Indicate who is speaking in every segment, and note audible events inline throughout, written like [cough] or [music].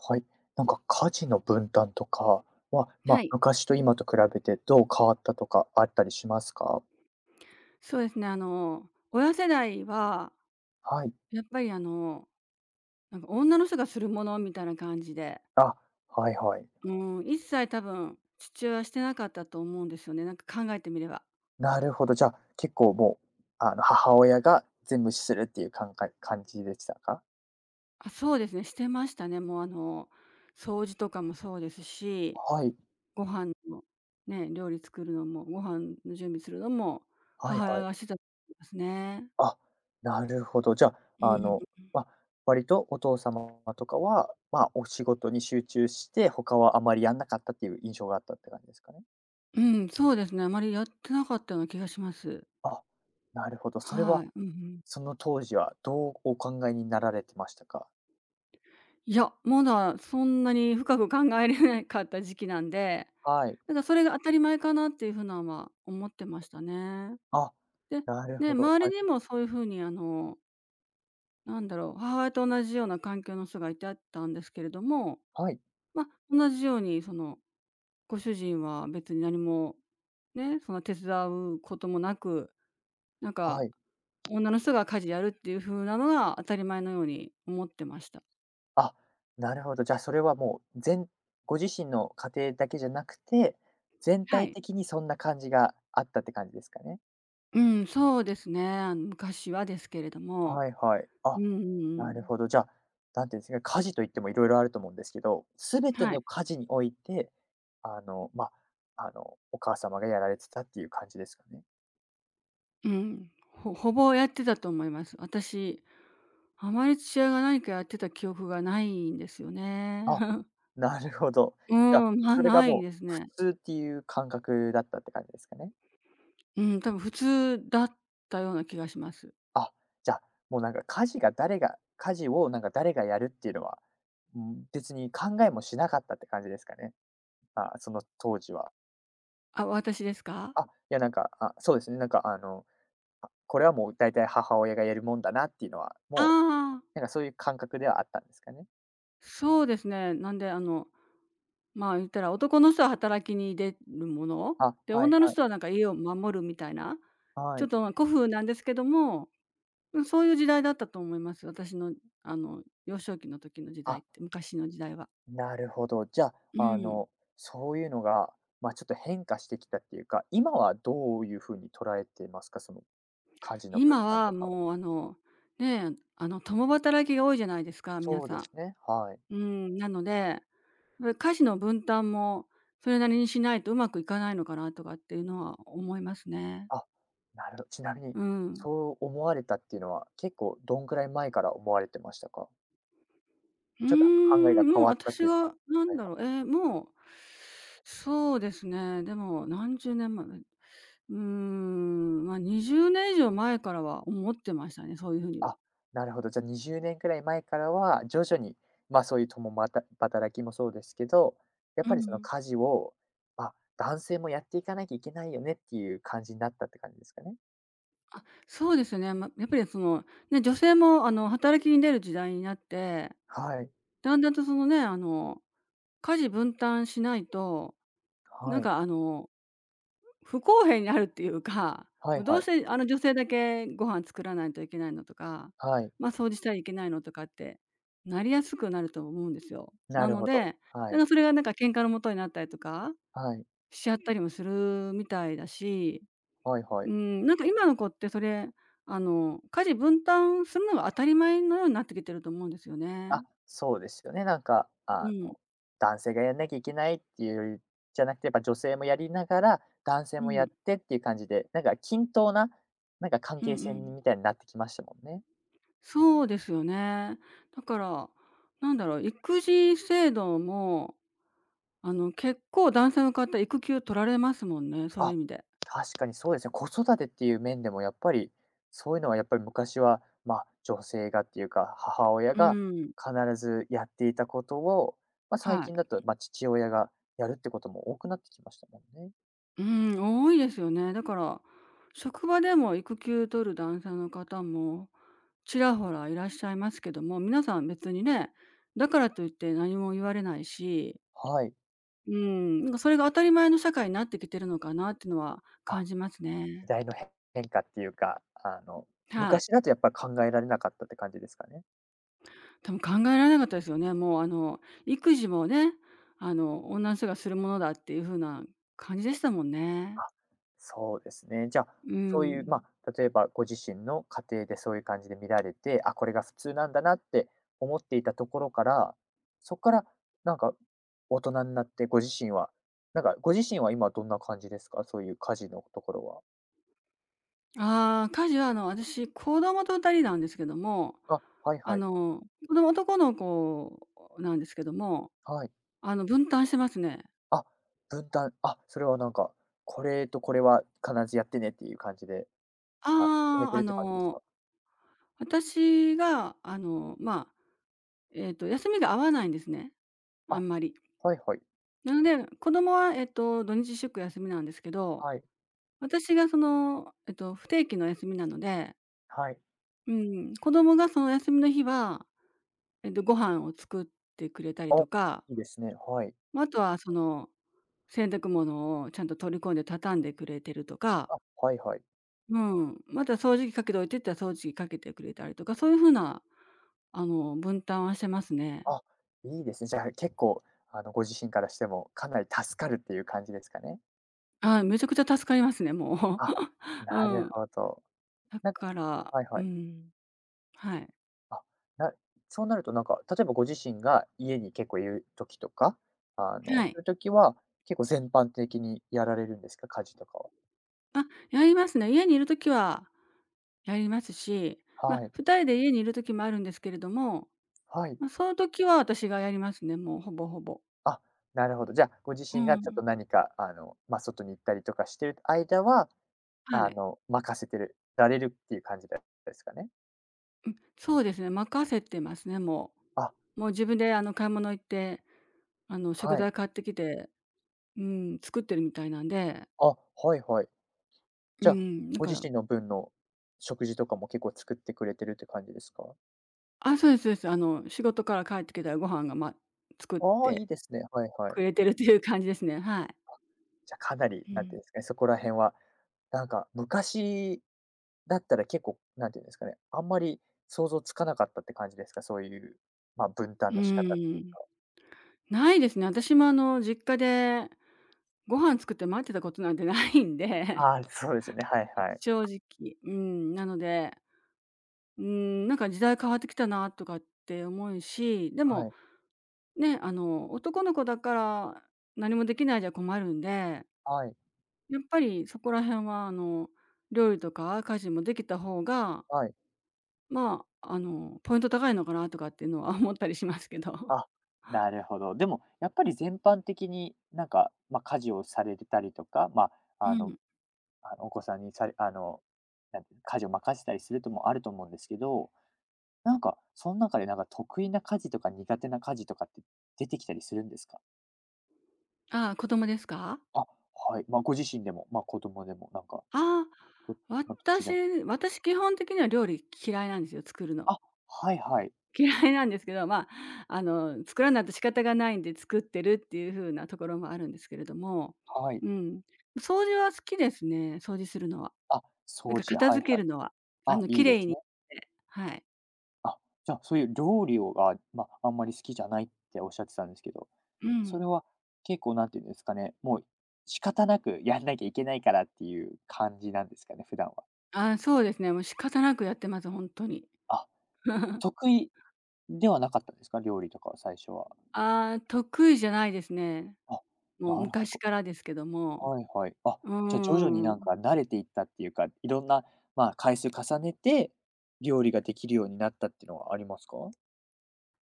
Speaker 1: はい。なんか家事の分担とかは、ま
Speaker 2: は
Speaker 1: あ、
Speaker 2: い。
Speaker 1: 昔と今と比べてどう変わったとかあったりしますか？
Speaker 2: そうですね、親世代は、
Speaker 1: はい。
Speaker 2: やっぱりなんか女の人がするものみたいな感じで、
Speaker 1: あ、はいはい。
Speaker 2: うん、一切多分父親はしてなかったと思うんですよね、なんか考えてみれば。
Speaker 1: なるほど。じゃあ、結構もう、あの、母親が全部するっていう感じでしたか？
Speaker 2: あ、そうですね、してましたね。もう掃除とかもそうですし、
Speaker 1: はい。
Speaker 2: ご飯も、ね、料理作るのも、ご飯の準備するのも、
Speaker 1: はい
Speaker 2: 母親
Speaker 1: はい。
Speaker 2: がしてたと思いますね。
Speaker 1: あ、なるほど。じゃ
Speaker 2: う
Speaker 1: あ、あ
Speaker 2: ん。
Speaker 1: の、まあ、割とお父様とかは、まあ、お仕事に集中して、他はあまりやんなかったっていう印象があったって感じですかね？
Speaker 2: うん、そうですね、あまりやってなかったような気がします。
Speaker 1: あ、なるほど。それは
Speaker 2: はい。うんうん。
Speaker 1: その当時はどうお考えになられてましたか？
Speaker 2: いや、まだそんなに深く考えれないかった時期なんで、
Speaker 1: はい。
Speaker 2: なんかそれが当たり前かなっていうふうなんは思ってましたね。
Speaker 1: あ、
Speaker 2: で、
Speaker 1: なる
Speaker 2: ね、
Speaker 1: ほど。
Speaker 2: 周
Speaker 1: は
Speaker 2: りに
Speaker 1: い。
Speaker 2: もそういうふうになんだろう、母親と同じような環境の人がいてあったんですけれども、
Speaker 1: はい。
Speaker 2: まあ、同じようにその、ご主人は別に何も、ね、その手伝うこともなく、なん
Speaker 1: は
Speaker 2: か、
Speaker 1: い。
Speaker 2: 女の人が家事やるっていうふうなのが当たり前のように思ってました。
Speaker 1: あ、なるほど。じゃあ、それはもう、ご自身の家庭だけじゃなくて、全
Speaker 2: は
Speaker 1: 体
Speaker 2: い。
Speaker 1: 的にそんな感じがあったって感じですかね？
Speaker 2: うん、そうですね。昔はですけれども。
Speaker 1: はいはい。
Speaker 2: う
Speaker 1: あ、
Speaker 2: んうんう
Speaker 1: なる
Speaker 2: ん。
Speaker 1: ほど。じゃあ、なんていうんですかね、家事といってもいろいろあると思うんですけど、すべて
Speaker 2: はい。
Speaker 1: の家事において、あの、まあ、あの、お母様がやられてたっていう感じですかね？
Speaker 2: うん。ほ [laughs] ほぼやってたと思います。私、あまり父親が何かやってた記憶がないんですよね。
Speaker 1: あ、
Speaker 2: [laughs]
Speaker 1: なるほど。
Speaker 2: う
Speaker 1: じゃあ、
Speaker 2: ん、まあ、
Speaker 1: それが
Speaker 2: ない
Speaker 1: も
Speaker 2: です
Speaker 1: う普
Speaker 2: ね。
Speaker 1: 通っていう感覚だったって感じですかね？
Speaker 2: うん、多分普通だったような気がします。
Speaker 1: あ、じゃあ、もうなんか家事が誰が家事をなんか誰がやるっていうのは、うん、別に考えもしなかったって感じですかね？あ、その当時は。
Speaker 2: あ、私ですか？
Speaker 1: あ、いやなんか、あ、そうですね、なんかあの、あ、これはもう大体母親がやるもんだなっていうのは、も
Speaker 2: ああー、
Speaker 1: うなんかそういう感覚ではあったんですかね？
Speaker 2: そうですね。なんで、ま、言ったら男の人は働きに出るもの、
Speaker 1: あ、
Speaker 2: で、
Speaker 1: はい
Speaker 2: 女の
Speaker 1: はい。
Speaker 2: 人はなんか家を守るみたいな、
Speaker 1: は
Speaker 2: ちょっ
Speaker 1: い。
Speaker 2: とまあ古風なんですけども、うん、そういう時代だったと思います。私の幼少期の時の時
Speaker 1: あ、
Speaker 2: 代って、昔の時代は。
Speaker 1: なるほど。じゃ
Speaker 2: う
Speaker 1: あ、あ
Speaker 2: ん。
Speaker 1: の、そういうのが、まあ、ちょっと変化してきたっていうか、今はどういう風に捉えてますか？その、家事の分
Speaker 2: 今
Speaker 1: 担
Speaker 2: は
Speaker 1: とかを。
Speaker 2: もうねえ、共働きが多いじゃないですか、皆
Speaker 1: そうで
Speaker 2: さ
Speaker 1: すね、はい。
Speaker 2: ん。うん、なので、家事の分担もそれなりにしないとうまくいかないのかなとかっていうのは思いますね。
Speaker 1: あ、なるほど。ちなみに、
Speaker 2: うん。
Speaker 1: そう思われたっていうのは、結構どんくらい前から思われてましたか？ちょっと考えが
Speaker 2: も
Speaker 1: 変
Speaker 2: う
Speaker 1: わったっ
Speaker 2: 私
Speaker 1: ていうか。
Speaker 2: がな
Speaker 1: は
Speaker 2: ん
Speaker 1: い。
Speaker 2: だろう、もう、そうですね、でも何十年前、ま、20年以上前からは思ってましたね、そういうふうには。
Speaker 1: あ、なるほど。じゃあ、20年くらい前からは、徐々に、ま、そういう共また働きもそうですけど、やっ
Speaker 2: う
Speaker 1: ぱりその
Speaker 2: ん。
Speaker 1: 家事を、あ、男性もやっていかなきゃいけないよねっていう感じになったって感じですかね？
Speaker 2: あ、そうですね、ま、やっぱりその、ね、女性も働きに出る時代になって、
Speaker 1: はい。
Speaker 2: だんだんとね、家事分担しないと、な
Speaker 1: は
Speaker 2: ん
Speaker 1: い。
Speaker 2: か不公平になるっていうか、
Speaker 1: は
Speaker 2: もう
Speaker 1: い
Speaker 2: ど
Speaker 1: は
Speaker 2: う
Speaker 1: い。
Speaker 2: せ女性だけご飯作らないといけないのとか、
Speaker 1: はい。
Speaker 2: まあ、掃除したらいけないのとかって、なりやすくなると思うんですよ。
Speaker 1: な
Speaker 2: な
Speaker 1: る
Speaker 2: の
Speaker 1: ほど。
Speaker 2: で、
Speaker 1: は
Speaker 2: なん
Speaker 1: い。
Speaker 2: かそれがなんか喧嘩の元になったりとか
Speaker 1: はい。
Speaker 2: しちゃったりもするみたいだし、
Speaker 1: はいは
Speaker 2: う
Speaker 1: い。
Speaker 2: ん、なんか今の子ってそれ、家事分担するのが当たり前のようになってきてると思うんですよね。
Speaker 1: あ、そうですよね。なんか、あ
Speaker 2: う
Speaker 1: の、
Speaker 2: ん、
Speaker 1: 男性がやんなきゃいけないっていうよりじゃなくて、やっぱ女性もやりながら、男性
Speaker 2: う
Speaker 1: もやっ
Speaker 2: ん、
Speaker 1: てっていう感じで、なんか均等な、なんか関
Speaker 2: うんう
Speaker 1: 係性
Speaker 2: ん。
Speaker 1: みたいになってきましたもんね。
Speaker 2: そうですよね。だから、なんだろう、育児制度も結構男性の方、育休取られますもんね、そういう
Speaker 1: あ、
Speaker 2: 意味で。
Speaker 1: 確かにそうですね。子育てっていう面でもやっぱり、そういうのはやっぱり昔は、まあ、女性がっていうか、母親
Speaker 2: う
Speaker 1: が
Speaker 2: ん。
Speaker 1: 必ずやっていたことを、まあ、最
Speaker 2: はい。
Speaker 1: 近だと、まあ、父親がやるってことも多くなってきましたもんね。
Speaker 2: うん、多いですよね。だから、職場でも育休取る男性の方もちらほらいらっしゃいますけども、皆さん別にね、だからといって何も言われないし、
Speaker 1: はい。
Speaker 2: うん、なんかそれが当たり前の社会になってきてるのかなっていうのは
Speaker 1: あ、
Speaker 2: 感じます
Speaker 1: 時
Speaker 2: ね。
Speaker 1: 代の変化っていうか、あの、
Speaker 2: はい。
Speaker 1: 昔だとやっぱり考えられなかったって感じですかね。
Speaker 2: 多分考えられなかったですよね。もう育児もね、女の人がするものだっていう風な感じでしたもん
Speaker 1: あ、
Speaker 2: ね。
Speaker 1: そうですね。じゃあ、
Speaker 2: う
Speaker 1: そういう、
Speaker 2: ん。
Speaker 1: まあ、例えばご自身の家庭でそういう感じで見られて、あ、これが普通なんだなって思っていたところから、そこからなんか大人になってご自身は、なんかご自身は今どんな感じですか？そういう家事のところは。
Speaker 2: ああ、家事は私、子供と2人なんですけども、
Speaker 1: あ、はい
Speaker 2: あ
Speaker 1: はい。
Speaker 2: の、子供男の子なんですけども、
Speaker 1: はい。
Speaker 2: 分担してますね。
Speaker 1: あ、分担、あ、それはなんか、これとこれは必ずやってねっていう感じで、あ、決め
Speaker 2: ああ、
Speaker 1: てるって感じですか？
Speaker 2: 私が、休みが合わないんですね、あ
Speaker 1: あ、
Speaker 2: んまり。
Speaker 1: はいはい。
Speaker 2: なので、子供は、土日祝休みなんですけど、
Speaker 1: はい。
Speaker 2: 私が不定期の休みなので、
Speaker 1: はい。
Speaker 2: うん、子供がその休みの日は、ご飯を作ってくれたり
Speaker 1: あ、
Speaker 2: とか、
Speaker 1: いいですね。はい。
Speaker 2: まあ、あとは洗濯物をちゃんと取り込んで畳んでくれてるとか、
Speaker 1: あ、はいはい。
Speaker 2: うん、また掃除機かけといてって言ったら掃除機かけてくれたりとか、そういう風な、分担はしてますね。
Speaker 1: あ、いいですね。じゃあ結構、あの、ご自身からしてもかなり助かるっていう感じですかね？
Speaker 2: はい、めちゃくちゃ助かりますね、も
Speaker 1: あ、
Speaker 2: う。[laughs] う
Speaker 1: なる
Speaker 2: ん。
Speaker 1: ほど。
Speaker 2: だ
Speaker 1: なんか、
Speaker 2: から、
Speaker 1: はいは
Speaker 2: う
Speaker 1: い。
Speaker 2: ん、はい。
Speaker 1: あ、なそうなるとなんか、例えばご自身が家に結構いる時とか、あの、
Speaker 2: は
Speaker 1: そ
Speaker 2: い。
Speaker 1: ういう時は結構全般的にやられるんですか？家事とかは。
Speaker 2: あ、やりますね。家にいる時はやりますし、まあ、
Speaker 1: はい。
Speaker 2: 2人で家にいる時もあるんですけれども、
Speaker 1: はい。
Speaker 2: まあ、その時は私がやりますね、もうほぼほぼ。
Speaker 1: あ、なるほど。じゃあ、ご自
Speaker 2: う
Speaker 1: 身がちょっと
Speaker 2: ん。
Speaker 1: 何か、あの、まあ、外に行ったりとかしてる間は、
Speaker 2: は
Speaker 1: あ
Speaker 2: い。
Speaker 1: の、任せられるっていう感じですかね？
Speaker 2: そうですね、任せてますね、も
Speaker 1: あ、
Speaker 2: う。もう自分で買い物行って、食
Speaker 1: はい。
Speaker 2: 材買ってきて、うん、作ってるみたいなんで、
Speaker 1: あ、はいはい。
Speaker 2: う
Speaker 1: じゃあ、
Speaker 2: ん、だ
Speaker 1: ご
Speaker 2: か
Speaker 1: 自
Speaker 2: ら、
Speaker 1: 身の分の食事とかも結構作ってくれてるって感じですか？
Speaker 2: あ、そうですそうです。仕事から帰ってきたらご飯が作っ
Speaker 1: ああ、いい
Speaker 2: て
Speaker 1: ですね。はいは
Speaker 2: く
Speaker 1: い。
Speaker 2: れてるっていう感じですね。はい。
Speaker 1: じゃあ、かなり、
Speaker 2: う
Speaker 1: なんていう
Speaker 2: ん。
Speaker 1: んですかね、そこら辺は、なんか昔だったら結構、なんていうんですかね、あんまり想像つかなかったって感じですか？そういう、まあ、分
Speaker 2: う
Speaker 1: 担の仕方っていう
Speaker 2: ーん、
Speaker 1: か。
Speaker 2: ないですね。私も実家でご飯作って待ってたことなんて [laughs] ないんで、
Speaker 1: ああ、そうですよね。はいは
Speaker 2: [laughs]
Speaker 1: い。
Speaker 2: 正直。うん、なので、うん、なんか時代変わってきたなとかって思うし、で
Speaker 1: は
Speaker 2: も
Speaker 1: い。
Speaker 2: ね、男の子だから何もできないじゃ困るんで、
Speaker 1: はい。
Speaker 2: やっぱりそこら辺は、料理とか家事もできた方が、
Speaker 1: はい。
Speaker 2: まあ、ポイント高いのかなとかっていうのは [laughs] 思ったりしますけど。
Speaker 1: あ、なるほど。でも、やっぱり全般的になんか、まあ、家事をされてたりとか、まあ、
Speaker 2: う
Speaker 1: あの、
Speaker 2: ん。
Speaker 1: あの、お子さんにされあの、なんていうの、家事を任せたりするともあると思うんですけど、なんか、その中でなんか得意な家事とか苦手な家事とかって出てきたりするんですか？
Speaker 2: ああ、子供ですか？
Speaker 1: あ、はい。まあ、ご自身でも、まあ、子供でも、なんか、
Speaker 2: ああ、
Speaker 1: どまあ、どっちでも。
Speaker 2: 私基本的には料理嫌いなんですよ、作るの。
Speaker 1: あ、はいはい。
Speaker 2: 嫌いなんですけど、まあ、作らないと仕方がないんで作ってるっていう風なところもあるんですけれども、
Speaker 1: はい。
Speaker 2: うん。掃除は好きですね、掃除するのは。
Speaker 1: あ、
Speaker 2: なん
Speaker 1: 掃
Speaker 2: か
Speaker 1: 除、
Speaker 2: 片
Speaker 1: はい
Speaker 2: 付け
Speaker 1: はい。
Speaker 2: るのは、
Speaker 1: あ、い
Speaker 2: 綺
Speaker 1: いで
Speaker 2: 麗
Speaker 1: す
Speaker 2: にし
Speaker 1: ね。
Speaker 2: て、はい。
Speaker 1: あ、じゃあ、そういう料理が、まあ、あんまり好きじゃないっておっしゃってたんですけど、
Speaker 2: う
Speaker 1: そ
Speaker 2: ん。
Speaker 1: れは結構なんていうんですかね、もう仕方なくやんなきゃいけないからっていう感じなんですかね、普段は。
Speaker 2: あ、そうですね、もう仕方なくやってます、本当に。
Speaker 1: あ、
Speaker 2: [laughs]
Speaker 1: 得意ではなかったんですか？料理とかは最初は。
Speaker 2: あー得意じゃないですね。
Speaker 1: あ、
Speaker 2: もう
Speaker 1: なるほ
Speaker 2: 昔
Speaker 1: ど。
Speaker 2: からですけども。
Speaker 1: はいはい。あ、
Speaker 2: うー
Speaker 1: じゃあ徐々になん
Speaker 2: ん。
Speaker 1: か慣れていったっていうか、いろんな、まあ、回数重ねて、料理ができるようになったっていうのはありますか？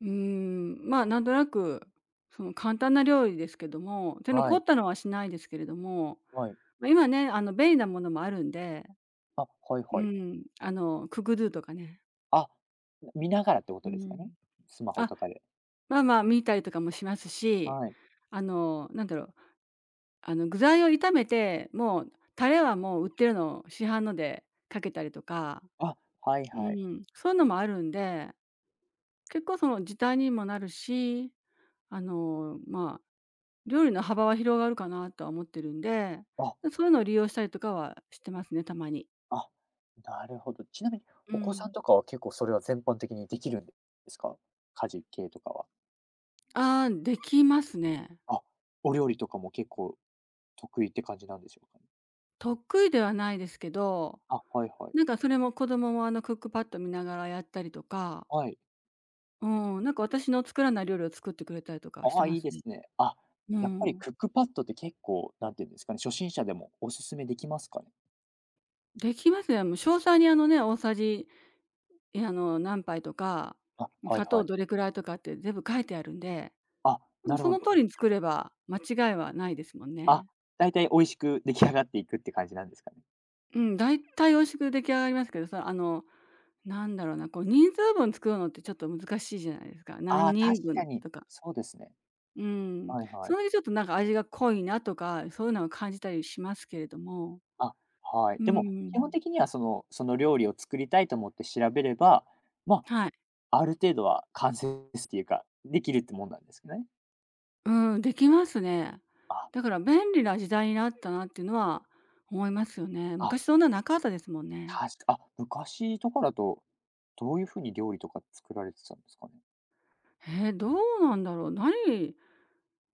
Speaker 2: まあ、なんとなく、その簡単な料理ですけども、手の
Speaker 1: は
Speaker 2: 凝
Speaker 1: い、
Speaker 2: ったのはしないですけれども、
Speaker 1: はい。
Speaker 2: ま、今ね、便利なものもあるんで、
Speaker 1: あ、はい
Speaker 2: う
Speaker 1: はい。
Speaker 2: ん、ク o o g とかね。
Speaker 1: あ、見ながらってこ
Speaker 2: う
Speaker 1: とですかね？
Speaker 2: ん。
Speaker 1: スマホ
Speaker 2: あ、
Speaker 1: とかで。
Speaker 2: まあまあ、見たりとかもしますし、
Speaker 1: はい。
Speaker 2: なんだろう、具材を炒めて、もうタレはもう売ってるのを市販のでかけたりとか、
Speaker 1: あ、はい
Speaker 2: う
Speaker 1: はい。
Speaker 2: ん、そういうのもあるんで、結構その時短にもなるし、まあ、料理の幅は広がるかなとは思ってるんで、
Speaker 1: あ
Speaker 2: そういうのを利用したりとかはしてますね、たまに。
Speaker 1: あ、なるほど。ちなみに、
Speaker 2: う
Speaker 1: お子さ
Speaker 2: ん。
Speaker 1: んとかは結構それは全般的にできるんですか？家事系とかは。
Speaker 2: ああ、できますね。
Speaker 1: あ、お料理とかも結構得意って感じなんでしょうかね？
Speaker 2: 得意ではないですけど、
Speaker 1: あ、はいはい。
Speaker 2: なんかそれも子供もクックパッド見ながらやったりとか、
Speaker 1: はい。
Speaker 2: うん、なんか私の作らない料理を作ってくれたりとかし
Speaker 1: あ
Speaker 2: て
Speaker 1: あ、
Speaker 2: ま
Speaker 1: いい
Speaker 2: す
Speaker 1: で
Speaker 2: ね。
Speaker 1: すね。あ、
Speaker 2: う
Speaker 1: やっぱり
Speaker 2: ん。
Speaker 1: クックパッドって結構、なんていうんですかね、初心者でもおすすめできますかね？
Speaker 2: できますね。もう詳細にね、大さじ、え、あの、何杯とか、
Speaker 1: あ、は
Speaker 2: 砂
Speaker 1: いは
Speaker 2: 糖
Speaker 1: い。
Speaker 2: どれくらいとかって全部書いてあるんで、
Speaker 1: あ、なる
Speaker 2: そ
Speaker 1: ほ
Speaker 2: の
Speaker 1: ど。
Speaker 2: 通りに作れば間違いはないですもん
Speaker 1: あ、
Speaker 2: ね。
Speaker 1: だいたい美味しく出来上がっていくって感じなんですかね？
Speaker 2: うん、大体美味しく出来上がりますけど、なんだろうな、こう人数分作るのってちょっと難しいじゃないですか。
Speaker 1: あ
Speaker 2: 何
Speaker 1: あ、確
Speaker 2: 人分
Speaker 1: かに。
Speaker 2: とか。
Speaker 1: そうですね。
Speaker 2: うん。
Speaker 1: はいは
Speaker 2: そ
Speaker 1: い。
Speaker 2: れでちょっとなんか味が濃いなとか、そういうのを感じたりしますけれども。
Speaker 1: あ、はい。
Speaker 2: う
Speaker 1: でも、基本
Speaker 2: ん。
Speaker 1: 的にはその料理を作りたいと思って調べれば、ま
Speaker 2: はい。
Speaker 1: あ、ある程度は完成ですっていうか、できるってもんなんですけどね。
Speaker 2: うん、できますね。
Speaker 1: あ、
Speaker 2: だから便利な時代になったなっていうのは思いますよね。
Speaker 1: あ、
Speaker 2: 昔そんななかったですもんね。
Speaker 1: あ、昔とかだと、どういうふうに料理とか作られてたんですかね？
Speaker 2: どうなんだろう。何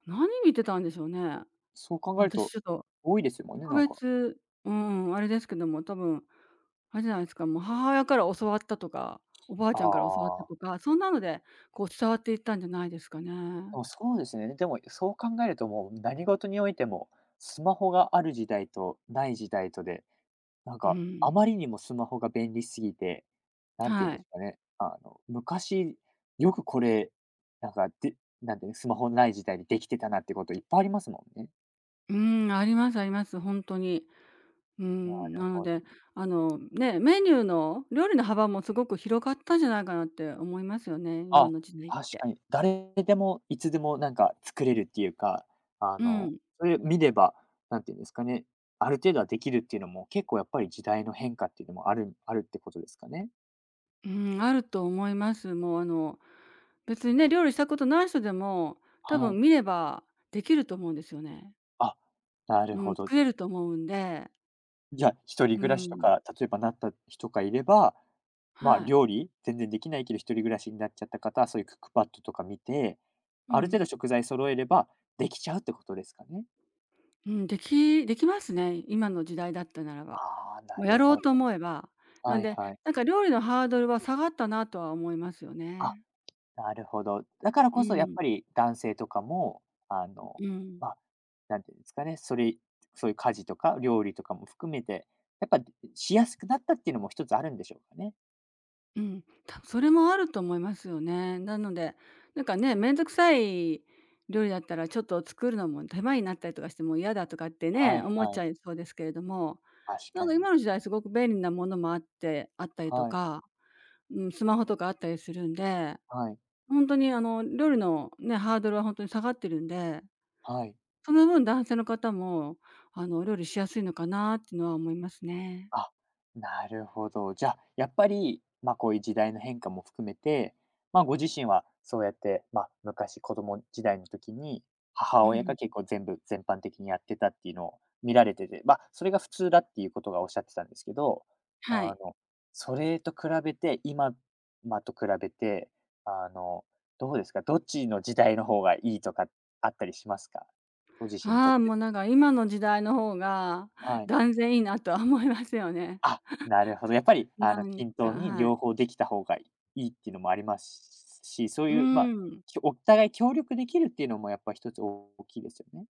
Speaker 2: 何見てたんでしょうね。
Speaker 1: そう考える
Speaker 2: 私
Speaker 1: と、
Speaker 2: ちょっと
Speaker 1: 多いですもんね、
Speaker 2: 特
Speaker 1: なんか。
Speaker 2: 別うん、あれですけども、多分あれじゃないですか、もう母親から教わったとか、おばあちゃんから教わった
Speaker 1: ああ、
Speaker 2: とか、そんなのでこう伝わっていったんじゃないですかね。
Speaker 1: でもそうですね。でもそう考えるともう何事においても、スマホがある時代とない時代とで、なん
Speaker 2: う
Speaker 1: か、あま
Speaker 2: ん、
Speaker 1: りにもスマホが便利すぎて、なんて言うん
Speaker 2: は
Speaker 1: で
Speaker 2: い。
Speaker 1: すかね、あの、昔、よくこれ、なんか、で、なんていうの、スマホない時代にできてたなってこと、いっぱいありますもんね。
Speaker 2: うん、ありますあります、本当に。う
Speaker 1: な
Speaker 2: ん、
Speaker 1: る
Speaker 2: なの
Speaker 1: ほど。
Speaker 2: で、ね、メニューの料理の幅もすごく広がったんじゃないかなって思いますよね、今
Speaker 1: あ、
Speaker 2: の時代っ
Speaker 1: 確
Speaker 2: て。
Speaker 1: かに。誰でもいつでもなんか作れるっていうか、あ
Speaker 2: う
Speaker 1: の、
Speaker 2: ん。
Speaker 1: それ見れば、なんていうんですかね、ある程度はできるっていうのも、結構やっぱり時代の変化っていうのもある、あるってことですかね。
Speaker 2: うん、あると思います。もう、別にね、料理したことない人でも、多
Speaker 1: は
Speaker 2: 分
Speaker 1: い。
Speaker 2: 見ればできると思うんですよね。
Speaker 1: あ、なる
Speaker 2: う
Speaker 1: ほ
Speaker 2: ん、
Speaker 1: ど。
Speaker 2: 作れると思うんで。
Speaker 1: じゃあ、一人
Speaker 2: う
Speaker 1: 暮らしと
Speaker 2: ん。
Speaker 1: か、例えばなった人がいれば、まあ、
Speaker 2: はい。
Speaker 1: 料理全然できないけど、一人暮らしになっちゃった方は、そういうクックパッドとか見て、
Speaker 2: う
Speaker 1: ある程
Speaker 2: ん。
Speaker 1: 度食材揃えればできちゃうってことですかね？
Speaker 2: うん、できますね、今の時代だったならば。
Speaker 1: ああ、な
Speaker 2: もうや
Speaker 1: る
Speaker 2: ろう
Speaker 1: ほど。
Speaker 2: と思えば。な
Speaker 1: は
Speaker 2: ん
Speaker 1: い
Speaker 2: で、
Speaker 1: はい。
Speaker 2: なんか料理のハードルは下がったなとは思いますよ
Speaker 1: あ、
Speaker 2: ね。
Speaker 1: なるほど。だから
Speaker 2: う
Speaker 1: こそやっ
Speaker 2: ん、
Speaker 1: ぱり男性とかも、あの、
Speaker 2: うん、
Speaker 1: まあ、なんていうんですかね、そういう家事とか料理とかも含めて、やっぱしやすくなったっていうのも一つあるんでしょうかね？
Speaker 2: うん。多分それもあると思いますよね。なので、なんかね、面倒くさい料理だったらちょっと作るのも手間になったりとかしてもう嫌だとかって
Speaker 1: は
Speaker 2: ね、
Speaker 1: い
Speaker 2: 思っち
Speaker 1: は
Speaker 2: ゃ
Speaker 1: い。
Speaker 2: いそうですけれども、
Speaker 1: 確
Speaker 2: なん
Speaker 1: か
Speaker 2: か
Speaker 1: に。
Speaker 2: 今の時代すごく便利なものもあってあったりと
Speaker 1: はい、
Speaker 2: か、うん、スマホとかあったりするんで、
Speaker 1: はい、
Speaker 2: ほんとに料理のね、ハードルはほんとに下がってるんで、
Speaker 1: はい。
Speaker 2: その分男性の方も、料理しやすいのかなってのは思いますね。
Speaker 1: あ、なるほど。じゃあ、やっぱり、まあ、こういう時代の変化も含めて、まあ、ご自身はそうやって、まあ、昔子供時代の時に、母
Speaker 2: う
Speaker 1: 親
Speaker 2: ん。
Speaker 1: が結構全部全般的にやってたっていうのを見られてて、まあ、それが普通だっていうことがおっしゃってたんですけど、
Speaker 2: は
Speaker 1: あ
Speaker 2: い。
Speaker 1: の、それと比べて、今と比べて、あの、どうですか？どっちの時代の方がいいとかあったりしますか？ご自身にと
Speaker 2: あ
Speaker 1: っ
Speaker 2: あ、も
Speaker 1: て。
Speaker 2: うなんか今の時代の方が
Speaker 1: はい。
Speaker 2: 断然いいなとは思いますよね。
Speaker 1: あ、なるほど。やっぱり、あ
Speaker 2: な
Speaker 1: の、
Speaker 2: ん
Speaker 1: 均
Speaker 2: か、
Speaker 1: 等に
Speaker 2: はい。
Speaker 1: 両方できた方がいいっていうのもありますし、そう
Speaker 2: うー
Speaker 1: いう、まあ、
Speaker 2: ん。
Speaker 1: きょお互い協力できるっていうのもやっぱ一つ大きいですよね。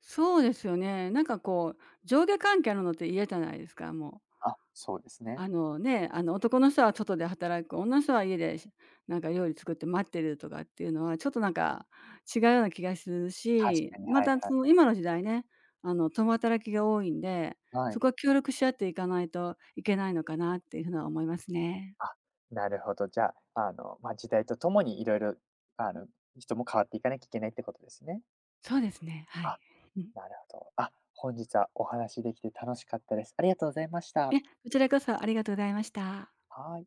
Speaker 2: そうですよね。なんかこう、上下関係あるのって嫌じゃないですか、もう。
Speaker 1: あ、そうですね。
Speaker 2: ね、男の人は外で働く、女の人は家で、なんか料理作って待ってるとかっていうのは、ちょっとなんか違うような気がする
Speaker 1: 確
Speaker 2: し、
Speaker 1: かに、
Speaker 2: ま
Speaker 1: はい
Speaker 2: た
Speaker 1: は
Speaker 2: そ
Speaker 1: い。
Speaker 2: の今の時代ね、共働きが多いんで、
Speaker 1: は
Speaker 2: そ
Speaker 1: い。
Speaker 2: こは協力し合っていかないといけないのかなっていうふうには思いますね。
Speaker 1: あ、なるほど。じゃあ、あの、まあ、時代とともにいろいろ、あの、人も変わっていかなきゃいけないってことですね。
Speaker 2: そうですね、はい。
Speaker 1: あ、
Speaker 2: うん。
Speaker 1: なるほど。あ、本日はお話しできて楽しかったです。ありがとうございました。
Speaker 2: こちらこそありがとうございました。
Speaker 1: はい。